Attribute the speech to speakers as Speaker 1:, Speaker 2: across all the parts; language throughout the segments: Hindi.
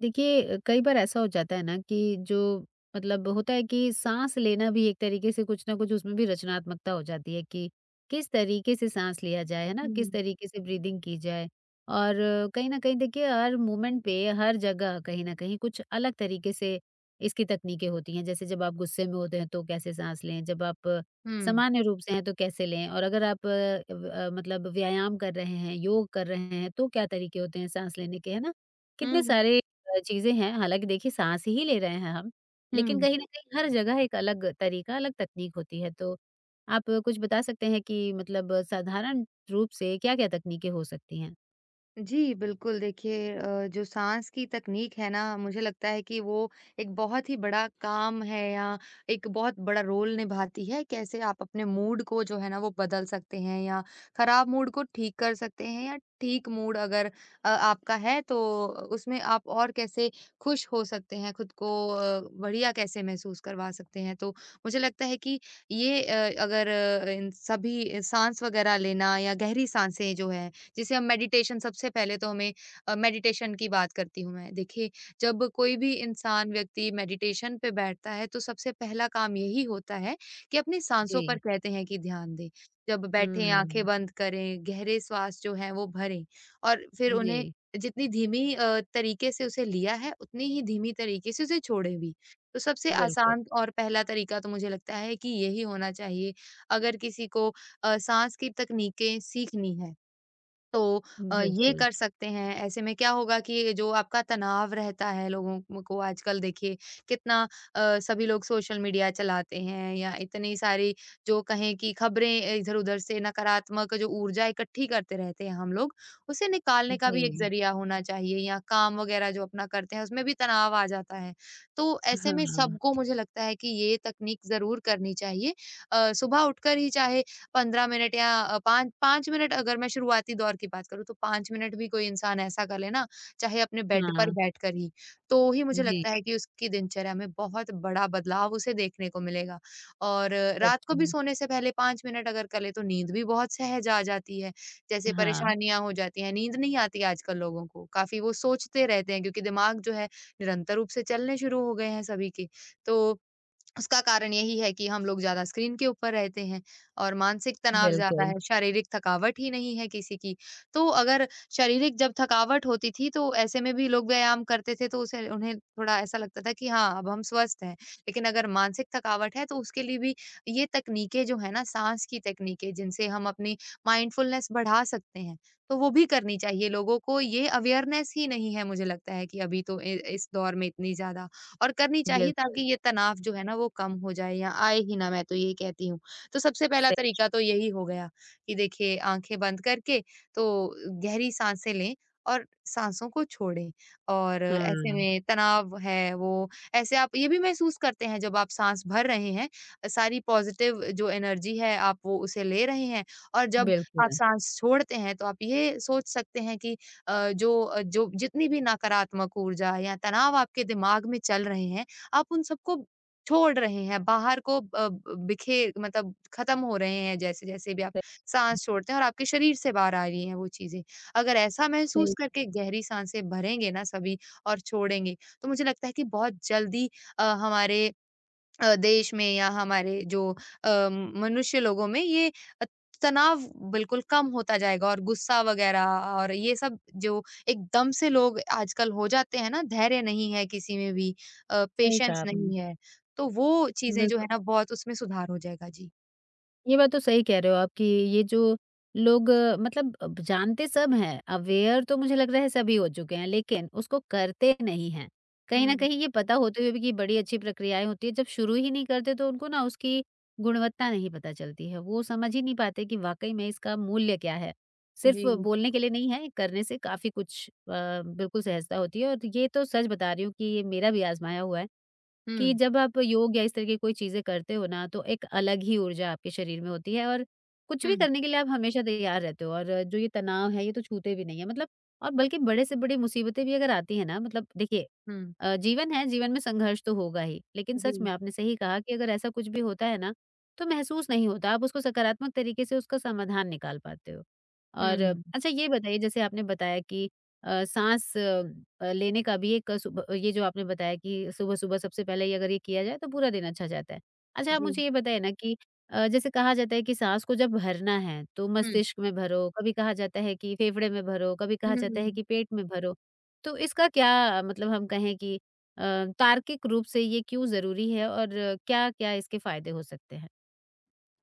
Speaker 1: देखिए, कई बार ऐसा हो जाता है ना कि जो मतलब होता है कि साँस लेना भी एक तरीके से कुछ ना कुछ उसमें भी रचनात्मकता हो जाती है कि किस तरीके से साँस लिया जाए, है ना? किस
Speaker 2: हुँ।
Speaker 1: तरीके से ब्रीदिंग की जाए और कहीं न कहीं देखिए, हर मोमेंट पे, हर जगह कहीं न कहीं कुछ अलग तरीके से इसकी तकनीकें होती हैं। जैसे जब आप गुस्से में होते हैं तो कैसे साँस लें, जब आप
Speaker 2: हुँ।
Speaker 1: सामान्य रूप से हैं तो कैसे लें और अगर आप मतलब व्यायाम कर रहे हैं, योग कर रहे हैं तो क्या तरीके होते हैं साँस लेने के, है ना? कितने
Speaker 2: हुँ,
Speaker 1: सारे चीज़ें हैं, हालाँकि देखिए, साँस ही ले रहे हैं हम, लेकिन
Speaker 2: हुँ।
Speaker 1: कहीं न कहीं हर जगह एक अलग तरीका, अलग तकनीक होती है। तो आप कुछ बता सकते हैं कि मतलब साधारण रूप से क्या-क्या तकनीकें हो सकती हैं?
Speaker 2: जी, बिल्कुल देखिए, जो साँस की तकनीक है ना, मुझे लगता है कि वो एक बहुत ही बड़ा काम है, या एक बहुत बड़ा रोल निभाती है। कैसे आप अपने मूड को जो है ना वो बदल सकते हैं, या खराब मूड को ठीक कर सकते हैं, या ठीक मूड अगर आपका है तो उसमें आप और कैसे खुश हो सकते हैं, खुद को बढ़िया कैसे महसूस करवा सकते हैं। तो मुझे लगता है कि ये अगर इन सभी साँस वग़ैरह लेना या गहरी साँसें जो है, जैसे हम मेडिटेशन सबसे पहले तो हमें मेडिटेशन की बात करती हूँ मैं। देखिए, जब कोई भी इंसान व्यक्ति मेडिटेशन पे बैठता है, तो सबसे पहला काम यही होता है कि अपनी साँसों पर
Speaker 1: जी।
Speaker 2: कहते हैं कि ध्यान दें। जब बैठें, आँखें
Speaker 1: हुँ।
Speaker 2: बंद करें, गहरे श्वास जो हैं वो भरें, और फिर उन्हें
Speaker 1: जी,
Speaker 2: जितनी धीमी तरीके से उसे लिया है, उतनी ही धीमी तरीके से उसे छोड़ें भी। तो सबसे
Speaker 1: बिल्कुल,
Speaker 2: आसान और पहला तरीका तो मुझे लगता है कि यही होना चाहिए। अगर किसी को साँस की तकनीकें सीखनी हैं, तो ये
Speaker 1: बिल्कुल।
Speaker 2: कर सकते हैं। ऐसे में क्या होगा कि जो आपका तनाव रहता है लोगों म को आजकल, देखिए कितना सभी लोग सोशल मीडिया चलाते हैं, या इतनी सारी जो कहें कि खबरें इधर-उधर से नकारात्मक जो ऊर्जा इकट्ठी करते रहते हैं हम लोग, उसे निकालने का भी एक
Speaker 1: जी,
Speaker 2: ज़रिया होना चाहिए, या काम वग़ैरह जो अपना करते हैं उसमें भी तनाव आ जाता है। तो ऐसे में
Speaker 1: हाँ,
Speaker 2: सबको मुझे लगता है कि ये तकनीक ज़रूर करनी चाहिए। सुबह उठकर ही चाहे 15 मिनट, या 5 5 मिनट, अगर मैं शुरुआती दौर की बात करूँ तो 5 मिनट भी कोई इंसान ऐसा कर ले ना, चाहे अपने बेड पर
Speaker 1: हाँ।
Speaker 2: बैठकर ही, तो ही मुझे
Speaker 1: जी,
Speaker 2: लगता है कि उसकी दिनचर्या में बहुत बड़ा बदलाव उसे देखने को मिलेगा। और रात
Speaker 1: सच
Speaker 2: को भी
Speaker 1: में।
Speaker 2: सोने से पहले 5 मिनट अगर कर ले, तो नींद भी बहुत सहज आ जाती है। जैसे
Speaker 1: हाँ,
Speaker 2: परेशानियाँ हो जाती हैं, नींद नहीं आती आजकल लोगों को, काफ़ी वो सोचते रहते हैं, क्योंकि दिमाग जो है निरंतर रूप से चलने शुरू हो गए हैं सभी के। तो उसका कारण यही है कि हम लोग ज़्यादा स्क्रीन के ऊपर रहते हैं, और मानसिक तनाव ज़्यादा
Speaker 1: बिल्कुल,
Speaker 2: है, शारीरिक थकावट ही नहीं है किसी की। तो अगर शारीरिक जब थकावट होती थी, तो ऐसे में भी लोग व्यायाम करते थे, तो उसे उन्हें थोड़ा ऐसा लगता था कि हाँ, अब हम स्वस्थ हैं। लेकिन अगर मानसिक थकावट है, तो उसके लिए भी ये तकनीकें जो है ना, साँस की तकनीकें जिनसे हम अपनी माइंडफुलनेस बढ़ा सकते हैं, तो वो भी करनी चाहिए लोगों को। ये अवेयरनेस ही नहीं है, मुझे लगता है कि अभी तो इ इस दौर में इतनी ज़्यादा। और करनी चाहिए,
Speaker 1: बिल्कुल,
Speaker 2: ताकि ये तनाव जो है ना वो कम हो जाए, या आए ही ना, मैं तो ये कहती हूँ। तो सबसे पहला
Speaker 1: सही।
Speaker 2: तरीका तो यही हो गया कि देखिए, आँखें बंद करके तो गहरी साँसें लें और साँसों को छोड़ें, और ऐसे
Speaker 1: हाँ,
Speaker 2: में तनाव है वो ऐसे आप ये भी महसूस करते हैं, जब आप साँस भर रहे हैं, सारी पॉज़िटिव जो एनर्जी है आप वो उसे ले रहे हैं, और जब आप
Speaker 1: बिल्कुल,
Speaker 2: साँस छोड़ते हैं, तो आप ये सोच सकते हैं कि जो जितनी भी नकारात्मक ऊर्जा है, या तनाव आपके दिमाग में चल रहे हैं, आप उन सबको छोड़ रहे हैं, बाहर को बिखेर मतलब खत्म हो रहे हैं, जैसे-जैसे भी आप
Speaker 1: सही।
Speaker 2: साँस छोड़ते हैं, और आपके शरीर से बाहर आ रही हैं वो चीज़ें। अगर ऐसा महसूस
Speaker 1: सही।
Speaker 2: करके गहरी साँसें भरेंगे ना सभी और छोड़ेंगे, तो मुझे लगता है कि बहुत जल्दी हमारे देश में, या हमारे जो मनुष्य लोगों में, ये अ, तनाव बिल्कुल कम होता जाएगा, और गुस्सा वगैरह और ये सब, जो एकदम से लोग आजकल हो जाते हैं ना, धैर्य नहीं है किसी में भी,
Speaker 1: सही
Speaker 2: पेशेंस
Speaker 1: कहा आपने,
Speaker 2: नहीं है, तो वो चीज़ें जो है
Speaker 1: बिल्कुल।
Speaker 2: ना बहुत उसमें सुधार हो जाएगा। जी।
Speaker 1: ये बात तो सही कह रहे हो आप कि ये जो लोग मतलब अब जानते सब हैं, अवेयर तो मुझे लग रहा है सभी हो चुके हैं, लेकिन उसको करते नहीं हैं। कहीं न
Speaker 2: हुँ,
Speaker 1: कहीं ये पता होते हुए भी कि बड़ी अच्छी प्रक्रियाएँ होती हैं, जब शुरू ही नहीं करते तो उनको ना उसकी गुणवत्ता नहीं पता चलती है। वो समझ ही नहीं पाते कि वाक़ई में इसका मूल्य क्या है। सिर्फ़
Speaker 2: जी।
Speaker 1: बोलने के लिए नहीं है, करने से काफ़ी कुछ बिल्कुल सहजता होती है और ये तो सच बता रही हूँ कि ये मेरा भी आज़माया हुआ है। कि
Speaker 2: हुँ,
Speaker 1: जब आप योग या इस तरह की कोई चीज़ें करते हो ना, तो एक अलग ही ऊर्जा आपके शरीर में होती है और कुछ भी
Speaker 2: हुँ,
Speaker 1: करने के लिए आप हमेशा तैयार रहते हो और जो ये तनाव है, ये तो छूते भी नहीं है। मतलब, और बल्कि बड़े से बड़ी मुसीबतें भी अगर आती हैं ना, मतलब देखिए,
Speaker 2: हुँ।
Speaker 1: जीवन है, जीवन में संघर्ष तो होगा ही। लेकिन सच
Speaker 2: जी।
Speaker 1: में आपने सही कहा कि अगर ऐसा कुछ भी होता है ना, तो महसूस नहीं होता, आप उसको सकारात्मक तरीके से उसका समाधान निकाल पाते हो। और
Speaker 2: हुँ,
Speaker 1: अच्छा, ये बताइए जैसे आपने बताया कि साँस लेने का भी एक सुब ये जो आपने बताया कि सुबह-सुबह सबसे पहले ये अगर ये किया जाए तो पूरा दिन अच्छा जाता है। अच्छा, आप
Speaker 2: जी।
Speaker 1: मुझे ये बताइए ना कि जैसे कहा जाता है कि साँस को जब भरना है तो मस्तिष्क में भरो, कभी कहा जाता है कि फेफड़े में भरो, कभी कहा
Speaker 2: हुँ,
Speaker 1: जाता है
Speaker 2: हुँ।
Speaker 1: कि पेट में भरो। तो इसका क्या मतलब, हम कहें कि अ, तार्किक रूप से ये क्यों ज़रूरी है और क्या-क्या इसके फ़ायदे हो सकते हैं?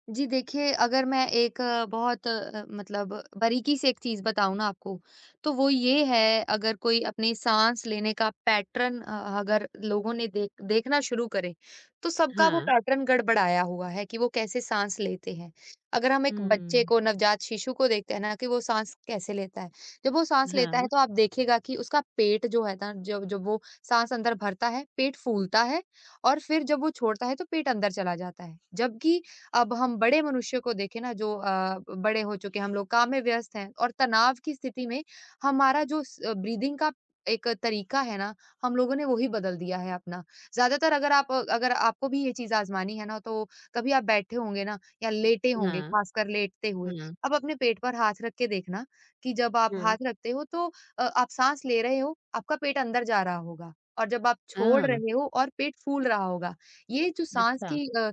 Speaker 2: जी देखिए, अगर मैं एक बहुत मतलब बारीकी से एक चीज़ बताऊँ ना आपको, तो वो ये है, अगर कोई अपनी साँस लेने का पैटर्न अगर लोगों ने देखना शुरू करे, तो सबका वो
Speaker 1: हाँ।
Speaker 2: पैटर्न गड़बड़ाया हुआ है कि वो कैसे साँस लेते हैं। अगर हम एक बच्चे
Speaker 1: हुँ।
Speaker 2: को, नवजात शिशु को देखते हैं ना कि वो साँस कैसे लेता है, जब वो साँस लेता है
Speaker 1: हाँ,
Speaker 2: तो आप देखिएगा कि उसका पेट जो है ना, जब जब वो साँस अंदर भरता है, पेट फूलता है, और फिर जब वो छोड़ता है तो पेट अंदर चला जाता है। जबकि अब हम बड़े मनुष्य को देखें ना, जो बड़े हो चुके हैं, हम लोग काम में व्यस्त हैं, और तनाव की स्थिति में हमारा जो स ब्रीदिंग का एक तरीका है ना, हम लोगों ने वो ही बदल दिया है अपना। ज़्यादातर अगर आपको भी ये चीज़ आज़मानी है ना, तो कभी आप बैठे होंगे ना या लेटे होंगे,
Speaker 1: हाँ,
Speaker 2: ख़ासकर लेटते हुए।
Speaker 1: हाँ।
Speaker 2: अब अपने पेट पर हाथ रख के देखना कि जब आप
Speaker 1: हुँ।
Speaker 2: हाथ रखते हो, तो आप साँस ले रहे हो, आपका पेट अंदर जा रहा होगा, और जब आप छोड़
Speaker 1: हाँ।
Speaker 2: रहे हो और पेट फूल रहा होगा। ये जो साँस
Speaker 1: अच्छा।
Speaker 2: की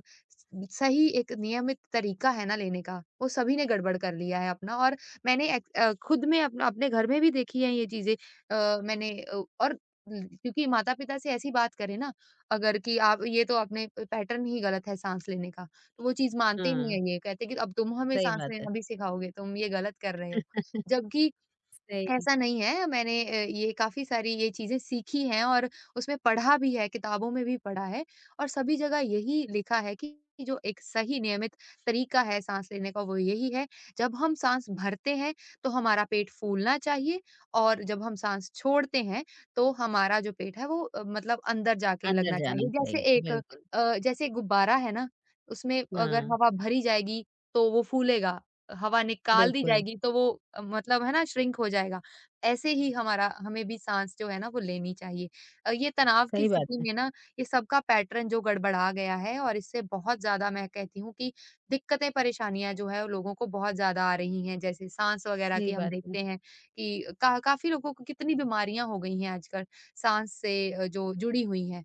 Speaker 2: सही एक नियमित तरीका है ना लेने का, वो सभी ने गड़बड़ कर लिया है अपना। और मैंने एक खुद में अपना अपने घर में भी देखी है ये चीज़ें मैंने और क्योंकि माता-पिता से ऐसी बात करें ना, अगर कि आप ये तो अपने प पैटर्न ही गलत है साँस लेने का, तो वो चीज़ मानते नहीं
Speaker 1: हाँ,
Speaker 2: है, ये कहते हैं कि अब तुम हमें
Speaker 1: सही
Speaker 2: साँस
Speaker 1: बात है।
Speaker 2: लेना भी सिखाओगे, तुम ये गलत कर रहे हो। जबकि
Speaker 1: सही,
Speaker 2: ऐसा नहीं है, मैंने ये काफ़ी सारी ये चीज़ें सीखी हैं, और उसमें पढ़ा भी है, किताबों में भी पढ़ा है, और सभी जगह यही लिखा है कि जो एक सही नियमित तरीका है साँस लेने का वो यही है। जब हम साँस भरते हैं, तो हमारा पेट फूलना चाहिए, और जब हम साँस छोड़ते हैं, तो हमारा जो पेट है वो मतलब अंदर जाके
Speaker 1: अंदर
Speaker 2: लगना चाहिए।
Speaker 1: जाना
Speaker 2: जैसे
Speaker 1: चाहिए,
Speaker 2: एक
Speaker 1: बिल्कुल।
Speaker 2: जैसे गुब्बारा है ना, उसमें अगर
Speaker 1: हाँ,
Speaker 2: हवा भरी जाएगी, तो वो फूलेगा, हवा निकाल दी
Speaker 1: बिल्कुल।
Speaker 2: जाएगी, तो वो मतलब है ना, श्रिंक हो जाएगा। ऐसे ही हमारा हमें भी साँस जो है ना वो लेनी चाहिए। ये तनाव की
Speaker 1: सही बात
Speaker 2: स्थिति
Speaker 1: है,
Speaker 2: में ना, ये सबका पैटर्न जो गड़बड़ा गया है, और इससे बहुत ज़्यादा मैं कहती हूँ कि दिक्कतें, परेशानियाँ जो है वो लोगों को बहुत ज़्यादा आ रही हैं। जैसे साँस वग़ैरह की
Speaker 1: सही
Speaker 2: हम
Speaker 1: बात है।
Speaker 2: देखते हैं कि का काफ़ी लोगों को कितनी बीमारियाँ हो गई हैं आजकल, साँस से जो जुड़ी हुई हैं।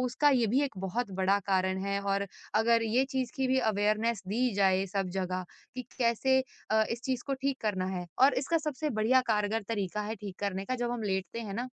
Speaker 2: उसका ये भी एक बहुत बड़ा कारण है, और अगर ये चीज़ की भी अवेयरनेस दी जाए सब जगह कि कैसे इस चीज़ को ठीक करना है, और इसका सबसे बढ़िया कारगर तरीका है ठीक करने का, जब हम लेटते हैं ना,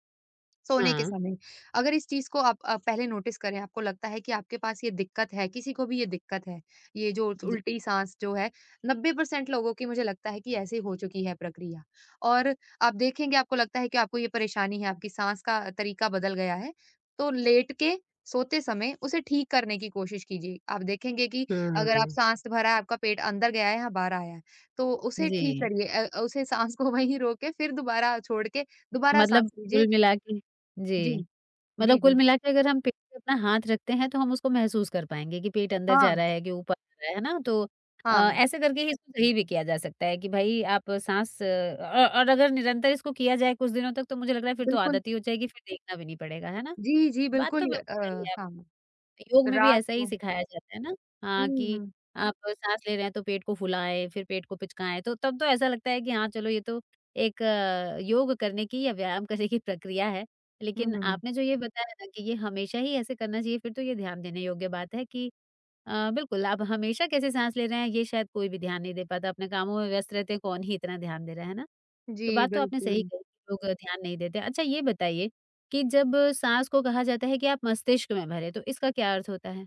Speaker 2: सोने के
Speaker 1: हाँ,
Speaker 2: समय। अगर इस चीज़ को आप पहले नोटिस करें, आपको लगता है कि आपके पास ये दिक्कत है, किसी को भी ये दिक्कत है, ये जो
Speaker 1: जी,
Speaker 2: उल्टी साँस जो है, 90% लोगों की मुझे लगता है कि ऐसे हो चुकी है प्रक्रिया। और आप देखेंगे, आपको लगता है कि आपको ये परेशानी है, आपकी साँस का तरीका बदल गया है, तो लेट के सोते समय उसे ठीक करने की कोशिश कीजिए। आप देखेंगे कि अगर आप
Speaker 1: हाँ,
Speaker 2: साँस भरा है, आपका पेट अंदर गया है या बाहर आया है, तो उसे ठीक
Speaker 1: जी,
Speaker 2: करिए, उसे साँस को वहीं रोक के फिर दोबारा छोड़ के दोबारा साँस
Speaker 1: मतलब
Speaker 2: लीजिए।
Speaker 1: कुल मिला के
Speaker 2: जी।
Speaker 1: जी,
Speaker 2: जी,
Speaker 1: मतलब
Speaker 2: जी।
Speaker 1: कुल मिला के अगर हम पेट पे अपना हाथ रखते हैं, तो हम उसको महसूस कर पाएँगे कि पेट अंदर
Speaker 2: हाँ,
Speaker 1: जा रहा है कि ऊपर आ रहा है ना? तो अ,
Speaker 2: हाँ,
Speaker 1: ऐसे करके ही इसको सही भी किया जा सकता है कि भाई आप साँस और अगर निरंतर इसको किया जाए कुछ दिनों तक, तो मुझे लग रहा है फिर तो
Speaker 2: बिल्कुल।
Speaker 1: आदत ही हो जाएगी, फिर देखना भी नहीं पड़ेगा, है ना?
Speaker 2: जी, जी,
Speaker 1: बात तो
Speaker 2: बिल्कुल।
Speaker 1: बिल्कुल सही है।
Speaker 2: हाँ,
Speaker 1: योग में भी
Speaker 2: रात
Speaker 1: ऐसा ही
Speaker 2: को।
Speaker 1: सिखाया जाता है ना?
Speaker 2: हुँ,
Speaker 1: हाँ, कि
Speaker 2: हुँ,
Speaker 1: आप साँस ले रहे हैं तो पेट को फुलाएँ, फिर पेट को पिचकाएँ, तो तब तो ऐसा लगता है कि हाँ, चलो, ये तो एक योग करने की या व्यायाम करने की प्रक्रिया है।
Speaker 2: हुँ,
Speaker 1: लेकिन
Speaker 2: हुँ।
Speaker 1: आपने जो ये बताया ना कि ये हमेशा ही ऐसे करना चाहिए, फिर तो ये ध्यान देने योग्य बात है कि बिल्कुल, आप हमेशा कैसे साँस ले रहे हैं, ये शायद कोई भी ध्यान नहीं दे पाता, अपने कामों में व्यस्त रहते हैं, कौन ही इतना ध्यान दे रहा है ना? तो
Speaker 2: जी,
Speaker 1: बात तो आपने सही
Speaker 2: बिल्कुल।
Speaker 1: कही कि लोग ध्यान नहीं देते। अच्छा, ये बताइए कि जब साँस को कहा जाता है कि आप मस्तिष्क में भरें, तो इसका क्या अर्थ होता है?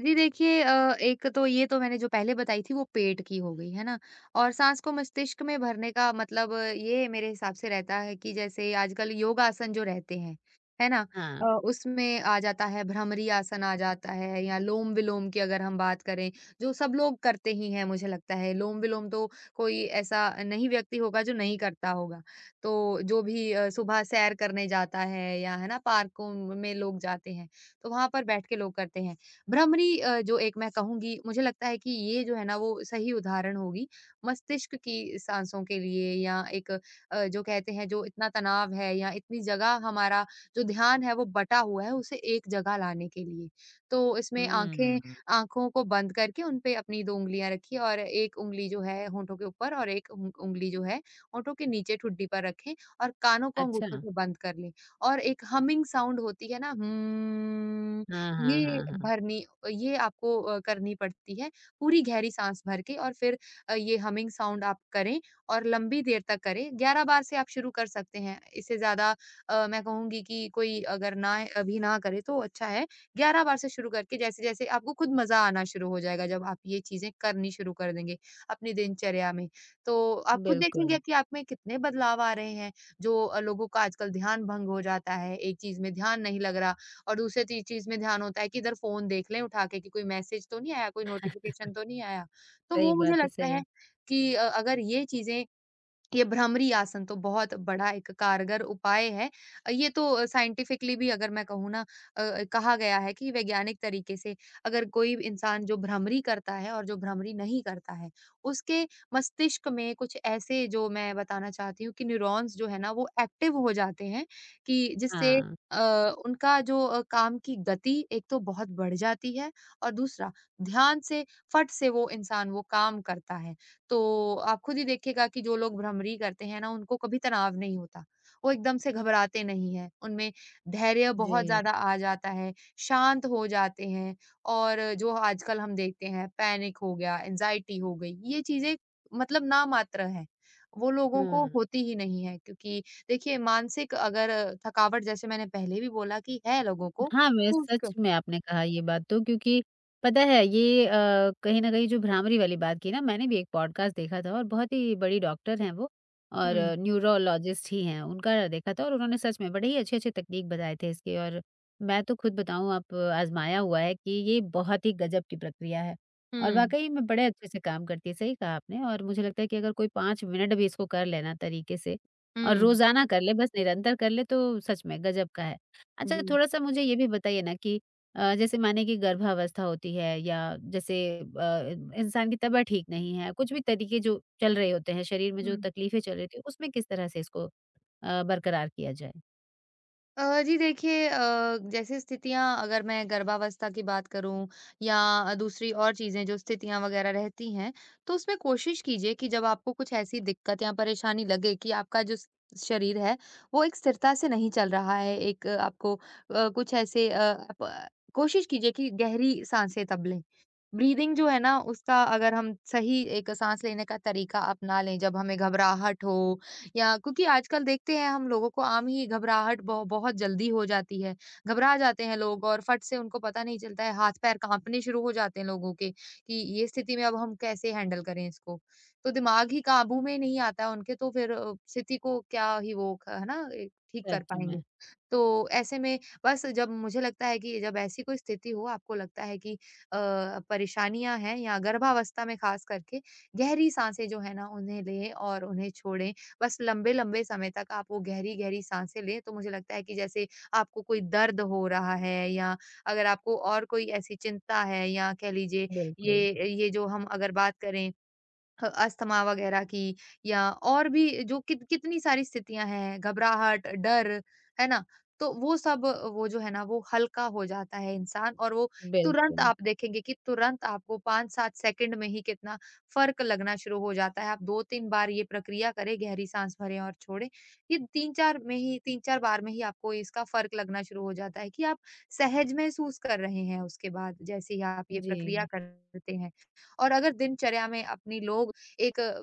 Speaker 2: जी देखिए, एक तो ये तो मैंने जो पहले बताई थी वो पेट की हो गई, है ना? और सांस को मस्तिष्क में भरने का मतलब ये मेरे हिसाब से रहता है, कि जैसे आजकल योगासन जो रहते हैं, है ना?
Speaker 1: हाँ।
Speaker 2: उसमें आ जाता है भ्रामरी आसन, आ जाता है या लोम-विलोम की अगर हम बात करें, जो सब लोग करते ही हैं मुझे लगता है। लोम-विलोम तो कोई ऐसा नहीं व्यक्ति होगा जो नहीं करता होगा। तो जो भी सुबह सैर करने जाता है या है ना, पार्कों में लोग जाते हैं, तो वहाँ पर बैठ के लोग करते हैं। भ्रमरी, जो एक मैं कहूँगी मुझे लगता है कि ये जो है ना वो सही उदाहरण होगी मस्तिष्क की सांसों के लिए, या एक जो कहते हैं, जो इतना तनाव है या इतनी जगह हमारा जो ध्यान है वो बटा हुआ है, उसे एक जगह लाने के लिए। तो इसमें आँखें
Speaker 1: हुँ।
Speaker 2: आँखों को बंद करके उन पे अपनी 2 उँगलियाँ रखिए, और 1 उँगली जो है होंठों के ऊपर और 1 उंग उँगली जो है होंठों के नीचे ठुड्डी पर रखें, और कानों को अंगूठों
Speaker 1: अच्छा।
Speaker 2: से बंद कर लें। और एक हमिंग साउंड होती है ना,
Speaker 1: हाँ, हाँ,
Speaker 2: ये
Speaker 1: हाँ, हाँ।
Speaker 2: भरनी, ये आपको करनी पड़ती है, पूरी गहरी साँस भर के। और फिर ये हमिंग साउंड आप करें और लंबी देर तक करें। 11 बार से आप शुरू कर सकते हैं, इससे ज़्यादा मैं कहूँगी कि कोई अगर ना अभी ना करे तो अच्छा है। 11 बार से शुरू करके जैसे-जैसे आपको खुद मज़ा आना शुरू हो जाएगा, जब आप ये चीज़ें करनी शुरू कर देंगे अपनी दिनचर्या में, तो आप खुद देखेंगे
Speaker 1: बिल्कुल,
Speaker 2: कि आप में कितने बदलाव आ रहे हैं। जो लोगों का आजकल ध्यान भंग हो जाता है, एक चीज़ में ध्यान नहीं लग रहा और दूसरे ची चीज़ में ध्यान होता है कि इधर फ़ोन देख लें उठा के, कि कोई मैसेज तो नहीं आया, कोई नोटिफ़िकेशन तो नहीं आया। तो
Speaker 1: सही
Speaker 2: वो मुझे
Speaker 1: बात है,
Speaker 2: लगता है
Speaker 1: सही।
Speaker 2: कि अगर ये चीज़ें, ये भ्रामरी आसन तो बहुत बड़ा एक कारगर उपाय है। ये तो साइंटिफिकली भी अगर मैं कहूँ ना, कहा गया है कि वैज्ञानिक तरीके से अगर कोई इंसान जो भ्रामरी करता है और जो भ्रामरी नहीं करता है, उसके मस्तिष्क में कुछ ऐसे, जो मैं बताना चाहती हूँ, कि न्यूरॉन्स जो है ना वो एक्टिव हो जाते हैं, कि जिससे
Speaker 1: हाँ,
Speaker 2: अ, उनका जो काम की गति एक तो बहुत बढ़ जाती है, और दूसरा, ध्यान से फट से वो इंसान वो काम करता है। तो आप खुद ही देखिएगा कि जो लोग भ्रमरी करते हैं ना, उनको कभी तनाव नहीं होता। वो एकदम से घबराते नहीं हैं, उनमें धैर्य बहुत
Speaker 1: जी,
Speaker 2: ज़्यादा आ जाता है, शांत हो जाते हैं। और जो आजकल हम देखते हैं पैनिक हो गया, एंग्ज़ायटी हो गई, ये चीज़ें मतलब नामात्र हैं। वो लोगों को
Speaker 1: हाँ।
Speaker 2: होती ही नहीं है, क्योंकि देखिए मानसिक अगर थकावट, जैसे मैंने पहले भी बोला, कि है लोगों को।
Speaker 1: हाँ, मैं सच में आपने कहा ये बात तो क्योंकि पता है ये कहीं न कहीं जो भ्रामरी वाली बात की ना, मैंने भी एक पॉडकास्ट देखा था और बहुत ही बड़ी डॉक्टर हैं वो और
Speaker 2: हुँ,
Speaker 1: न्यूरोलॉजिस्ट ही हैं, उनका देखा था और उन्होंने सच में बड़े ही अच्छे-अच्छे तकनीक बताए थे इसके और मैं तो खुद बताऊँ, आप आज़माया हुआ है कि ये बहुत ही गज़ब की प्रक्रिया है और
Speaker 2: हुँ,
Speaker 1: वाक़ई में बड़े अच्छे से काम करती है, सही कहा आपने और मुझे लगता है कि अगर कोई 5 मिनट भी इसको कर ले ना तरीके से और
Speaker 2: हुँ,
Speaker 1: रोज़ाना कर ले, बस निरंतर कर ले तो सच में गज़ब का है।
Speaker 2: जी,
Speaker 1: अच्छा, थोड़ा-सा मुझे ये भी बताइए ना कि जैसे माने कि गर्भावस्था होती है या जैसे अ, इंसान की तबीयत ठीक नहीं है, कुछ भी तरीके जो चल रहे होते हैं, शरीर में जो
Speaker 2: हुँ।
Speaker 1: तकलीफें चल रही होती हैं, उसमें किस तरह से इसको बरकरार किया जाए?
Speaker 2: जी देखिए, जैसे स्थितियाँ, अगर मैं गर्भावस्था की बात करूँ या दूसरी और चीज़ें जो स्थितियाँ वगैरह रहती हैं, तो उसमें कोशिश कीजिए कि जब आपको कुछ ऐसी दिक्कत या परेशानी लगे, कि आपका जो स शरीर है, वो एक स्थिरता से नहीं चल रहा है, एक आपको कुछ ऐसे आप कोशिश कीजिए कि गहरी साँसें तब लें। ब्रीदिंग जो है ना उसका, अगर हम सही एक साँस लेने का तरीका अपना लें जब हमें घबराहट हो, या क्योंकि आजकल देखते हैं हम लोगों को आम ही घबराहट बहुत जल्दी हो जाती है। घबरा जाते हैं लोग और फट से उनको पता नहीं चलता है, हाथ-पैर काँपने शुरू हो जाते हैं लोगों के, कि ये स्थिति में अब हम कैसे हैंडल करें इसको? तो दिमाग ही काबू में नहीं आता है उनके, तो फिर स्थिति को क्या ही वो ख है ना ए ठीक कर
Speaker 1: सच
Speaker 2: पाएँगे।
Speaker 1: में,
Speaker 2: तो ऐसे में बस, जब मुझे लगता है कि जब ऐसी कोई स्थिति हो, आपको लगता है कि परेशानियाँ हैं या गर्भावस्था में ख़ास करके, गहरी साँसें जो है ना उन्हें लें और उन्हें छोड़ें। बस लंबे-लंबे समय तक आप वो गहरी-गहरी साँसें लें, तो मुझे लगता है कि जैसे आपको कोई दर्द हो रहा है, या अगर आपको और कोई ऐसी चिंता है, या कह लीजिए
Speaker 1: बिल्कुल,
Speaker 2: ये जो हम अगर बात करें, ह अस्थमा वगैरह की, या और भी जो कितनी सारी स्थितियाँ हैं, घबराहट, डर, है ना? तो वो सब, वो जो है ना वो हल्का हो जाता है इंसान, और वो तुरंत
Speaker 1: बिल्कुल।
Speaker 2: आप देखेंगे कि तुरंत आपको 5-7 सेकंड में ही कितना फ़र्क लगना शुरू हो जाता है। आप 2-3 बार ये प्रक्रिया करें, गहरी साँस भरें और छोड़ें। ये 3-4 में ही, 3-4 बार में ही आपको इसका फ़र्क लगना शुरू हो जाता है कि आप सहज महसूस कर रहे हैं उसके बाद, जैसे ही आप ये प्रक्रिया
Speaker 1: जी,
Speaker 2: करते हैं। और अगर दिनचर्या में अपनी लोग एक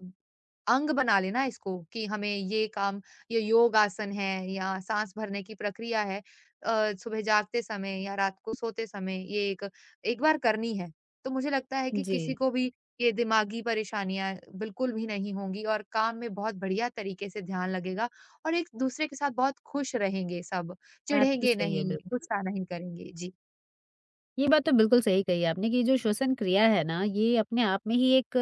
Speaker 2: अंग बना लेना इसको, कि हमें ये काम, ये योग आसन है या साँस भरने की प्रक्रिया है, सुबह जागते समय या रात को सोते समय ये एक एक बार करनी है। तो मुझे लगता है कि
Speaker 1: जी,
Speaker 2: किसी को भी ये दिमागी परेशानियाँ बिल्कुल भी नहीं होंगी, और काम में बहुत बढ़िया तरीके से ध्यान लगेगा, और एक-दूसरे के साथ बहुत खुश रहेंगे सब,
Speaker 1: बात तो
Speaker 2: चिढ़ेंगे
Speaker 1: सही है,
Speaker 2: नहीं,
Speaker 1: बिल्कुल।
Speaker 2: गुस्सा नहीं करेंगे। जी।
Speaker 1: ये बात तो बिल्कुल सही कही आपने कि जो श्वसन क्रिया है ना, ये अपने आप में ही एक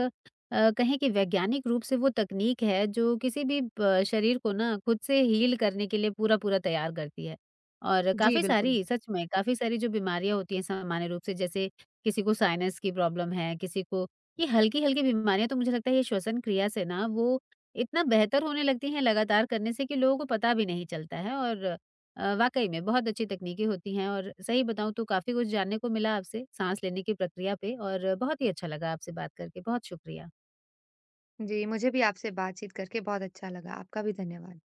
Speaker 1: कहें कि वैज्ञानिक रूप से वो तकनीक है जो किसी भी ब शरीर को ना खुद से हील करने के लिए पूरा-पूरा तैयार करती है। और
Speaker 2: जी,
Speaker 1: काफ़ी
Speaker 2: बिल्कुल।
Speaker 1: सारी, सच में काफ़ी सारी जो बीमारियाँ होती हैं सामान्य रूप से, जैसे किसी को साइनस की प्रॉब्लम है, किसी को ये हल्की-हल्की बीमारियाँ, तो मुझे लगता है ये श्वसन क्रिया से ना वो इतना बेहतर होने लगती हैं लगातार करने से कि लोगों को पता भी नहीं चलता है और वाक़ई में बहुत अच्छी तकनीकें होती हैं और सही बताऊँ तो काफ़ी कुछ जानने को मिला आपसे, साँस लेने की प्रक्रिया पे और बहुत ही अच्छा लगा आपसे बात करके, बहुत शुक्रिया।
Speaker 2: जी, मुझे भी आपसे बातचीत करके बहुत अच्छा लगा। आपका भी धन्यवाद।